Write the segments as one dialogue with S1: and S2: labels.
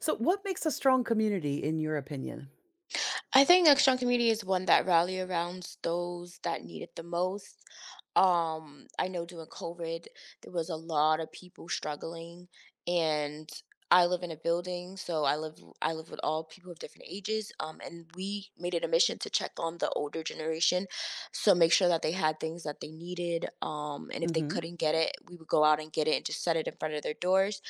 S1: So, what makes a strong community, in your opinion?
S2: I think a strong community is one that rally around those that need it the most. I know during COVID, there was a lot of people struggling, and I live in a building, so I live with all people of different ages. And we made it a mission to check on the older generation, so make sure that they had things that they needed. And if they
S1: Mm-hmm.
S2: couldn't get it, we would go out and get it and just set it in front of their doors.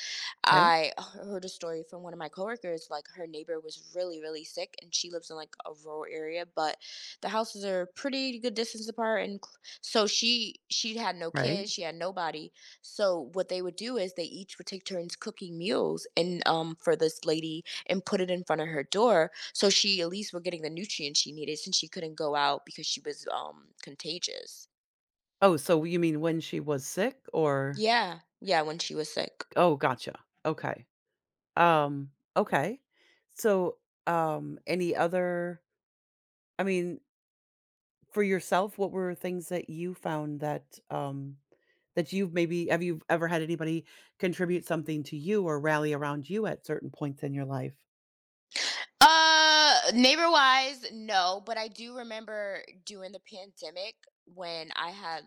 S1: Okay.
S2: I heard a story from one of my coworkers, like, her neighbor was really, really sick, and she lives in, like, a rural area, but the houses are pretty good distance apart, and cl so she had no
S1: Right.
S2: kids, she had nobody, so what they would do is they each would take turns cooking meals and, for this lady and put it in front of her door, so she at least were getting the nutrients she needed since she couldn't go out because she was, contagious.
S1: Oh, so you mean when she was sick or—
S2: Yeah. Yeah, when she was sick.
S1: Oh, gotcha. Okay. Um, okay. So, any other, I mean, for yourself, what were things that you found that you've maybe, have you ever had anybody contribute something to you or rally around you at certain points in your life?
S2: Neighbor wise, no, but I do remember during the pandemic when I had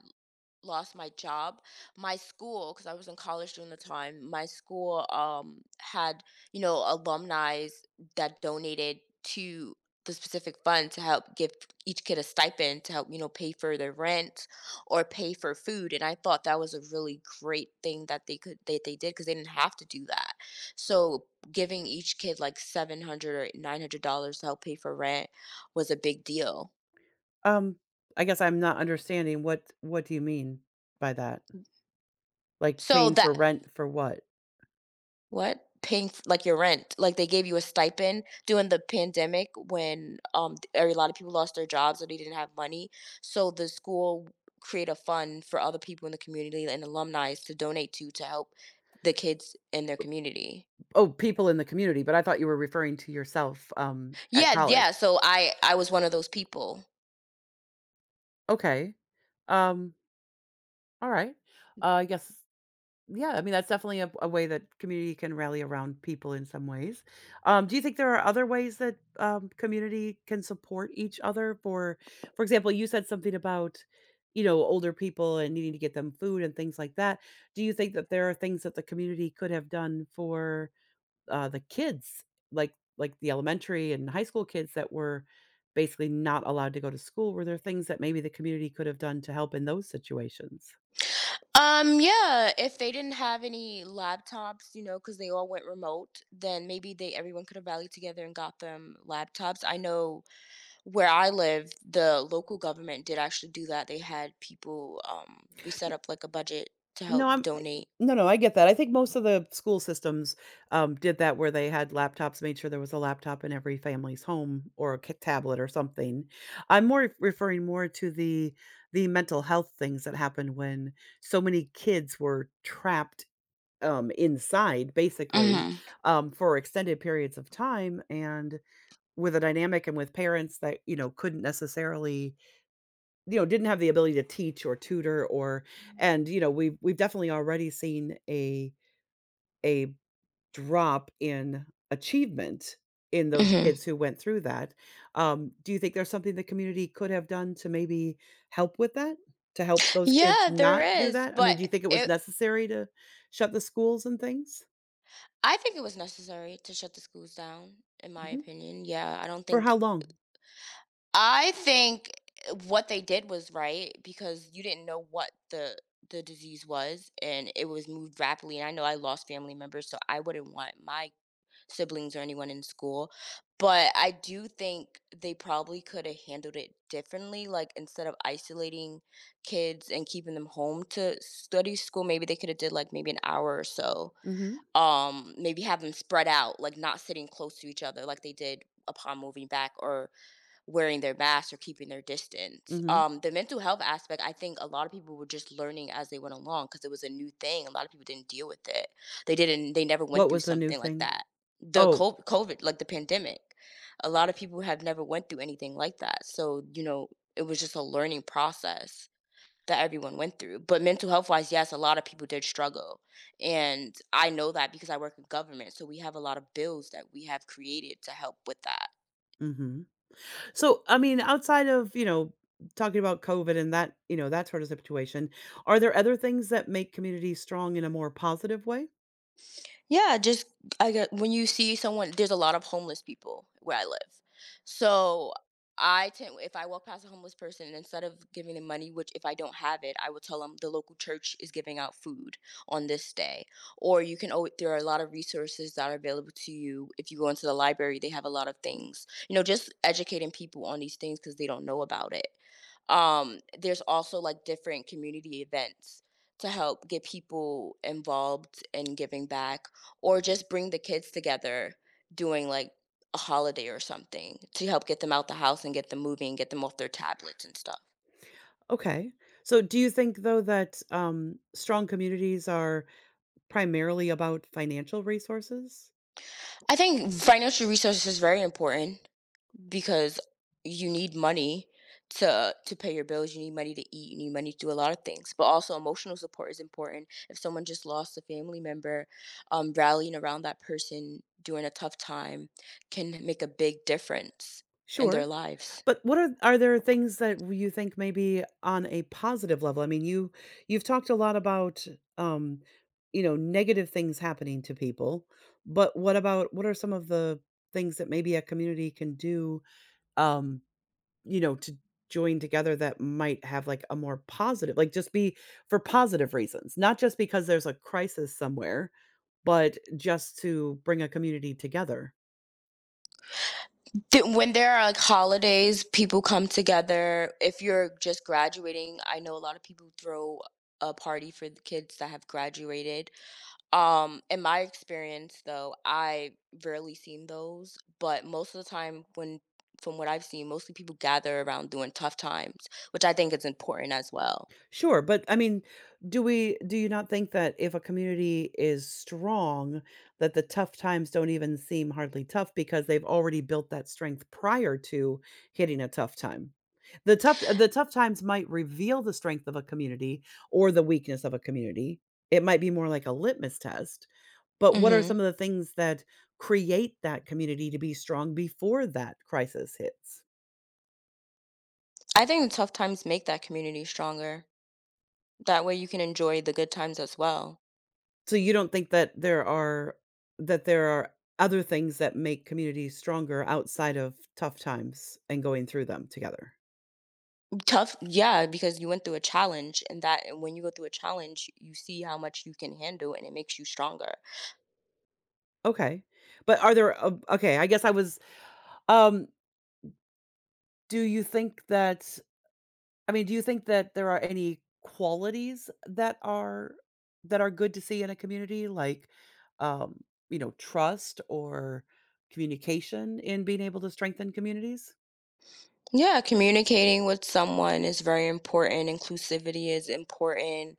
S2: lost my job, my school, because I was in college during the time, my school had, you know, alumni that donated to the specific fund to help give each kid a stipend to help, you know, pay for their rent or pay for food. And I thought that was a really great thing that they could that they did because they didn't have to do that. So giving each kid like seven hundred or nine hundred dollars to help pay for rent was a big deal.
S1: Um, I guess I'm not understanding what do you mean by that? Like
S2: So
S1: paying for
S2: that.
S1: rent for what?
S2: What? Paying f like, your rent, like, they gave you a stipend during the pandemic when, a lot of people lost their jobs or they didn't have money, so the school create a fund for other people in the community and alumni to donate to help the kids in their community.
S1: Oh, people in the community, but I thought you were referring to yourself, at
S2: Yeah, yeah,
S1: college.
S2: so I was one of those people.
S1: Okay. Um, all right. Yes. Yeah. I mean, that's definitely a way that community can rally around people in some ways. Do you think there are other ways that community can support each other? For example, you said something about, you know, older people and needing to get them food and things like that. Do you think that there are things that the community could have done for the kids, like the elementary and high school kids that were basically not allowed to go to school? Were there things that maybe the community could have done to help in those situations?
S2: Yeah, if they didn't have any laptops, you know, because they all went remote, then maybe they everyone could have rallied together and got them laptops. I know. Where I live, the local government did actually do that. They had people, we set up, like, a budget to
S1: No,
S2: help
S1: I'm I
S2: donate.
S1: no, no, I get that. I think most of the school systems, did that where they had laptops, made sure there was a laptop in every family's home or a k tablet or something. I'm more referring more to the mental health things that happened when so many kids were trapped, inside basically,
S2: Mhm,
S1: for extended periods of time and with a dynamic and with parents that, you know, couldn't necessarily, you know, didn't have the ability to teach or tutor or— and, you know, we've definitely already seen a drop in achievement in those
S2: mhm.
S1: kids who went through that. Do you think there's something the community could have done to maybe help with that? To help those kids
S2: Yeah, there
S1: not do
S2: is,
S1: that? I mean, do you
S2: but
S1: think it was
S2: it.
S1: necessary to shut the schools and things?
S2: I think it was necessary to shut the schools down, in my
S1: Mhm.
S2: opinion. Yeah, I don't
S1: For
S2: think.
S1: how long?
S2: I think what they did was right because you didn't know what the disease was, and it was moved rapidly, and I know I lost family members, so I wouldn't want my siblings or anyone in school. But I do think they probably could have handled it differently. Like instead of isolating kids and keeping them home to study school, maybe they could have did like maybe an hour or so.
S1: Mhm.
S2: Maybe have them spread out, like not sitting close to each other, like they did upon moving back, or wearing their masks or keeping their distance.
S1: Mhm.
S2: The mental health aspect, I think a lot of people were just learning as they went along because it was a new thing. A lot of people didn't deal with it. They didn't. They never went
S1: What
S2: through
S1: was a new
S2: something like
S1: thing?
S2: that.
S1: Oh.
S2: COVID, like the pandemic, a lot of people have never went through anything like that. So you know, it was just a learning process that everyone went through. But mental health wise, yes, a lot of people did struggle. And I know that because I work in government. So we have a lot of bills that we have created to help with that.
S1: Mhm. So, I mean, outside of, you know, talking about COVID and that, you know, that sort of situation, are there other things that make communities strong in a more positive way?
S2: Yeah, just. I get when you see someone there's a lot of homeless people where I live. So, I tend if I walk past a homeless person, instead of giving them money, which if I don't have it, I will tell them the local church is giving out food on this day. Or you can always there are a lot of resources that are available to you. If you go into the library, they have a lot of things. You know, just educating people on these things because they don't know about it. There's also like different community events to help get people involved in giving back or just bring the kids together doing like a holiday or something to help get them out the house and get them moving get them off their tablets and stuff.
S1: Okay. So do you think though that strong communities are primarily about financial resources?
S2: I think financial resources is very important because you need money to pay your bills, you need money to eat, you need money to do a lot of things. But also emotional support is important. If someone just lost a family member, rallying around that person during a tough time can make a big difference in
S1: Sure.
S2: their lives.
S1: But what are there things that you think maybe on a positive level? I mean, you, you've talked a lot about um, you know, negative things happening to people, but what about, what are some of the things that maybe a community can do um, you know, to join together that might have like a more positive, like just be for positive reasons, not just because there's a crisis somewhere, but just to bring a community together.
S2: When there are like holidays, people come together. If you're just graduating, I know a lot of people throw a party for the kids that have graduated. In my experience though, I rarely seen those, but most of the time when from what I've seen, mostly people gather around during tough times, which I think is important as well.
S1: Sure, but I mean, do we— do you not think that if a community is strong, that the tough times don't even seem hardly tough because they've already built that strength prior to hitting a tough time? The tough times might reveal the strength of a community or the weakness of a community. It might be more like a litmus test. But what are
S2: Mhm.
S1: some of the things that create that community to be strong before that crisis hits?
S2: I think the tough times make that community stronger. That way you can enjoy the good times as well.
S1: So you don't think that there are other things that make communities stronger outside of tough times and going through them together?
S2: Tough, yeah, because you went through a challenge and that and when you go through a challenge, you see how much you can handle and it makes you stronger.
S1: Okay. But are there okay, I guess I was um, do you think that— I mean, do you think that there are any qualities that are good to see in a community like, um, you know, trust or communication in being able to strengthen communities?
S2: Yeah, communicating with someone is very important. Inclusivity is important.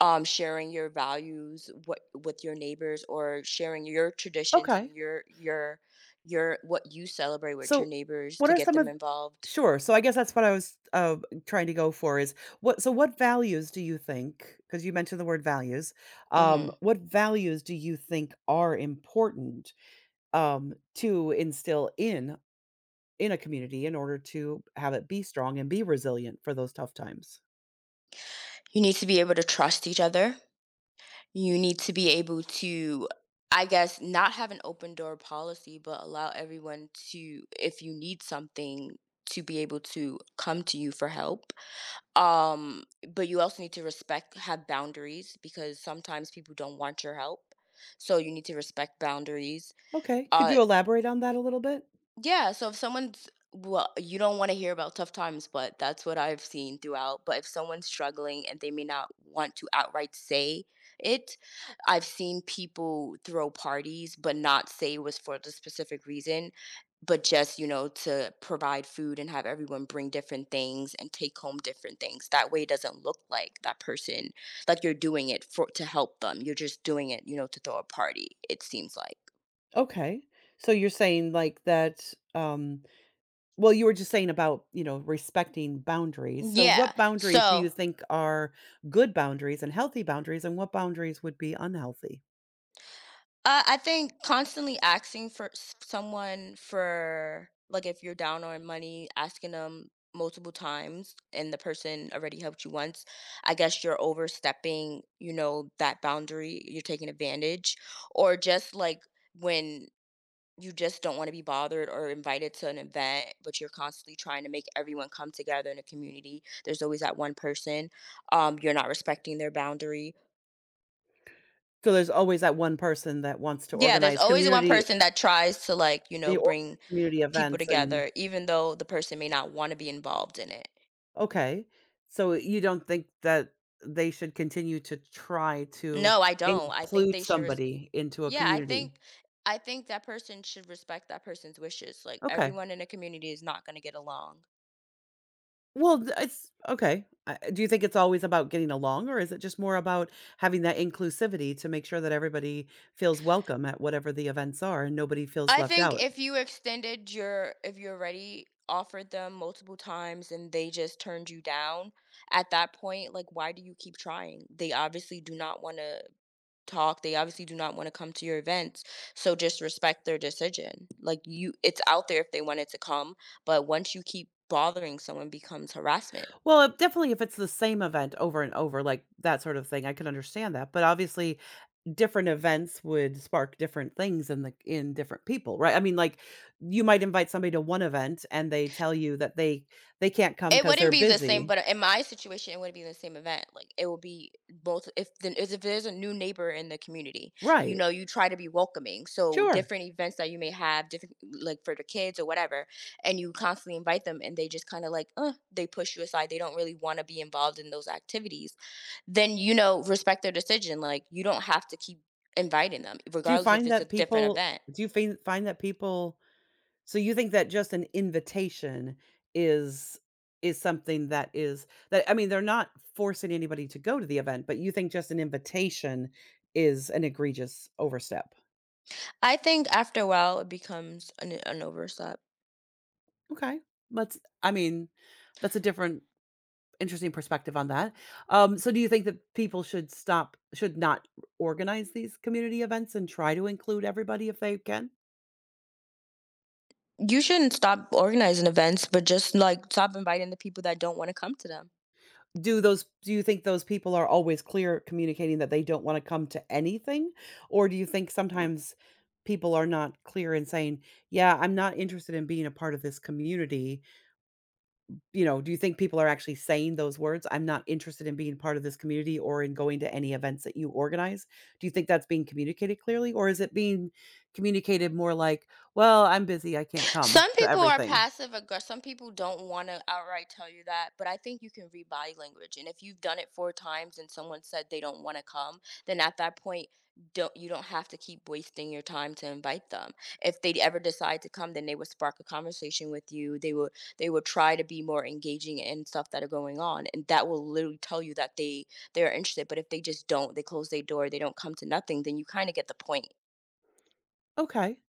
S2: Sharing your values what, with your neighbors or sharing your traditions
S1: Okay.
S2: and your what you celebrate with your
S1: So,
S2: neighbors
S1: what
S2: to
S1: are
S2: get
S1: some
S2: them
S1: of—
S2: involved.
S1: sure. So I guess that's what I was, trying to go for is what— so what values do you think? Because you mentioned the word values,
S2: Hmm.
S1: what values do you think are important, to instill in a community in order to have it be strong and be resilient for those tough times.
S2: You need to be able to trust each other. You need to be able to, I guess, not have an open door policy, but allow everyone to, if you need something, to be able to come to you for help. Um, but you also need to respect have boundaries because sometimes people don't want your help. So you need to respect boundaries.
S1: Okay, could
S2: Uh
S1: you elaborate on that a little bit?
S2: yeah, so if someone's. Well, you don't want to hear about tough times, but that's what I've seen throughout. But if someone's struggling and they may not want to outright say it, I've seen people throw parties but not say it was for the specific reason, but just, you know, to provide food and have everyone bring different things and take home different things. That way it doesn't look like that person, like you're doing it for to help them. You're just doing it, you know, to throw a party, it seems like.
S1: Okay. So you're saying like that um, well you were just saying about, you know, respecting boundaries. So
S2: Yeah.
S1: what boundaries do
S2: So.
S1: you think are good boundaries and healthy boundaries, and what boundaries would be unhealthy?
S2: I think constantly asking for someone for like if you're down on money, asking them multiple times and the person already helped you once, I guess you're overstepping, you know, that boundary, you're taking advantage or just like when you just don't want to be bothered or invited to an event, but you're constantly trying to make everyone come together in a community. There's always that one person. You're not respecting their boundary.
S1: So there's always that one person that wants to
S2: Yeah, there's
S1: organize
S2: always one
S1: community—
S2: person that tries to like, you
S1: they
S2: know, bring
S1: organize community
S2: people
S1: events and—
S2: together, even though the person may not want to be involved in it.
S1: okay. So you don't think that they should continue to try to
S2: No, I don't. I think
S1: include
S2: they should.
S1: somebody into a
S2: Yeah,
S1: community.
S2: I think that person should respect that person's wishes. Like
S1: Okay.
S2: everyone in a community is not going to get along.
S1: Well, th— it's okay. I— do you think it's always about getting along, or is it just more about having that inclusivity to make sure that everybody feels welcome at whatever the events are and nobody feels
S2: I
S1: left
S2: think
S1: out?
S2: if you extended your if you already offered them multiple times and they just turned you down at that point, like why do you keep trying? They obviously do not want to talk. They obviously do not want to come to your events. So just respect their decision. Like you it's out there if they wanted to come, but once you keep bothering someone becomes harassment.
S1: Well, if— definitely if it's the same event over and over, like, that sort of thing, I can understand that, but obviously, different events would spark different things in the— in different people, right? I mean, like, you might invite somebody to one event, and they tell you that they can't come
S2: It
S1: because 'cause they're
S2: wouldn't be the same,
S1: busy.
S2: but in my situation, it wouldn't be the same event. Like it will be both. If then is if there's a new neighbor in the community, you
S1: Right.
S2: know, you try to be welcoming. So
S1: Sure.
S2: different events that you may have, different like for the kids or whatever, and you constantly invite them, and they just kind of like, they push you aside. They don't really want to be involved in those activities. Then you know, respect their decision. Like you don't have to keep inviting them,
S1: Do you
S2: regardless if
S1: find
S2: it's a
S1: that
S2: different
S1: people—
S2: event.
S1: do you find that people, so you think that just an invitation is— is something that is— that I mean, they're not forcing anybody to go to the event, but you think just an invitation is an egregious overstep.
S2: I think after a while it becomes an overstep.
S1: Okay. Let's— I mean, that's a different— interesting perspective on that. So do you think that people should stop— should not organize these community events and try to include everybody if they can?
S2: You shouldn't stop organizing events, but just like stop inviting the people that don't want to come to them.
S1: Do those— do you think those people are always clear communicating that they don't wanna come to anything? Or do you think sometimes people are not clear in saying, "Yeah, I'm not interested in being a part of this community," you know, do you think people are actually saying those words, "I'm not interested in being part of this community or in going to any events that you organize"? Do you think that's being communicated clearly, or is it being communicated more like, "Well, I'm busy, I can't come
S2: Some
S1: to
S2: people are
S1: everything"?
S2: passive aggressive. Some people don't want to outright tell you that, but I think you can read body language. And if you've done it 4 times and someone said they don't want to come, then at that point, don't you don't have to keep wasting your time to invite them. If they ever decide to come, then they would spark a conversation with you. They would try to be more engaging in stuff that are going on, and that will literally tell you that they are interested. But if they just don't, they close their door, they don't come to nothing, then you kind of get the point.
S1: Okay.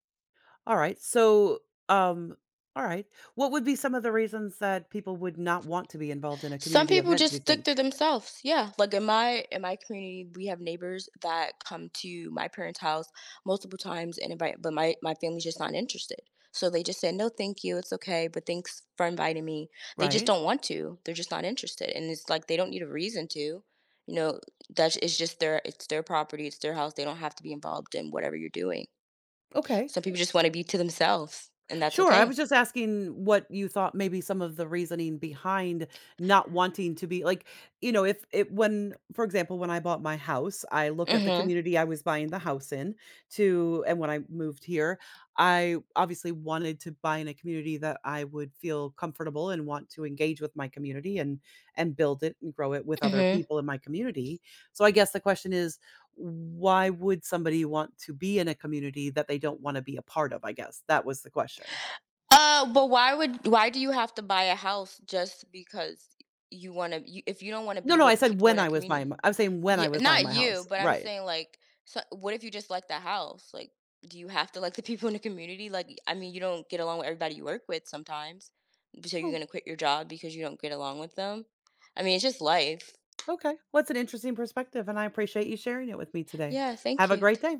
S1: All right. So, um, all right. What would be some of the reasons that people would not want to be involved in a
S2: Some
S1: community
S2: people
S1: event, do
S2: just
S1: you
S2: stick to
S1: think?
S2: themselves. Yeah. Like in my community, we have neighbors that come to my parents' house multiple times and invite but my family's just not interested. So they just said, "No, thank you. It's okay, but thanks for inviting me." They just
S1: Right?
S2: don't want to. They're just not interested. And it's like they don't need a reason to. You know, that's it's just their it's their property, it's their house. They don't have to be involved in whatever you're doing.
S1: Okay.
S2: Some people just want to be to themselves, and that's
S1: Sure, I was
S2: okay.
S1: just asking what you thought maybe some of the reasoning behind not wanting to be like, you know, if it— when for example, when I bought my house, I looked at the
S2: Mhm.
S1: community I was buying the house in to— and when I moved here, I obviously wanted to buy in a community that I would feel comfortable and want to engage with my community and build it and grow it with other
S2: Mhm.
S1: people in my community. So I guess the question is why would somebody want to be in a community that they don't want to be a part of, I guess. That was the question.
S2: But why would why do you have to buy a house just because you want to? You, if you don't want to
S1: No,
S2: be
S1: no, I
S2: with
S1: said
S2: people in
S1: when I
S2: that
S1: was
S2: community,
S1: buying my— I was saying when I
S2: yeah,
S1: was buying
S2: not
S1: my
S2: you,
S1: house.
S2: but I'm
S1: Right.
S2: saying like, so what if you just like the house? Like, do you have to like the people in the community? Like, I mean, you don't get along with everybody you work with sometimes, so you're
S1: Oh,
S2: gonna quit your job because you don't get along with them. I mean, it's just life.
S1: okay. What's an interesting perspective, and I appreciate you sharing it with me today.
S2: Yeah, thank
S1: Have a
S2: you.
S1: great day.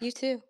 S2: You too.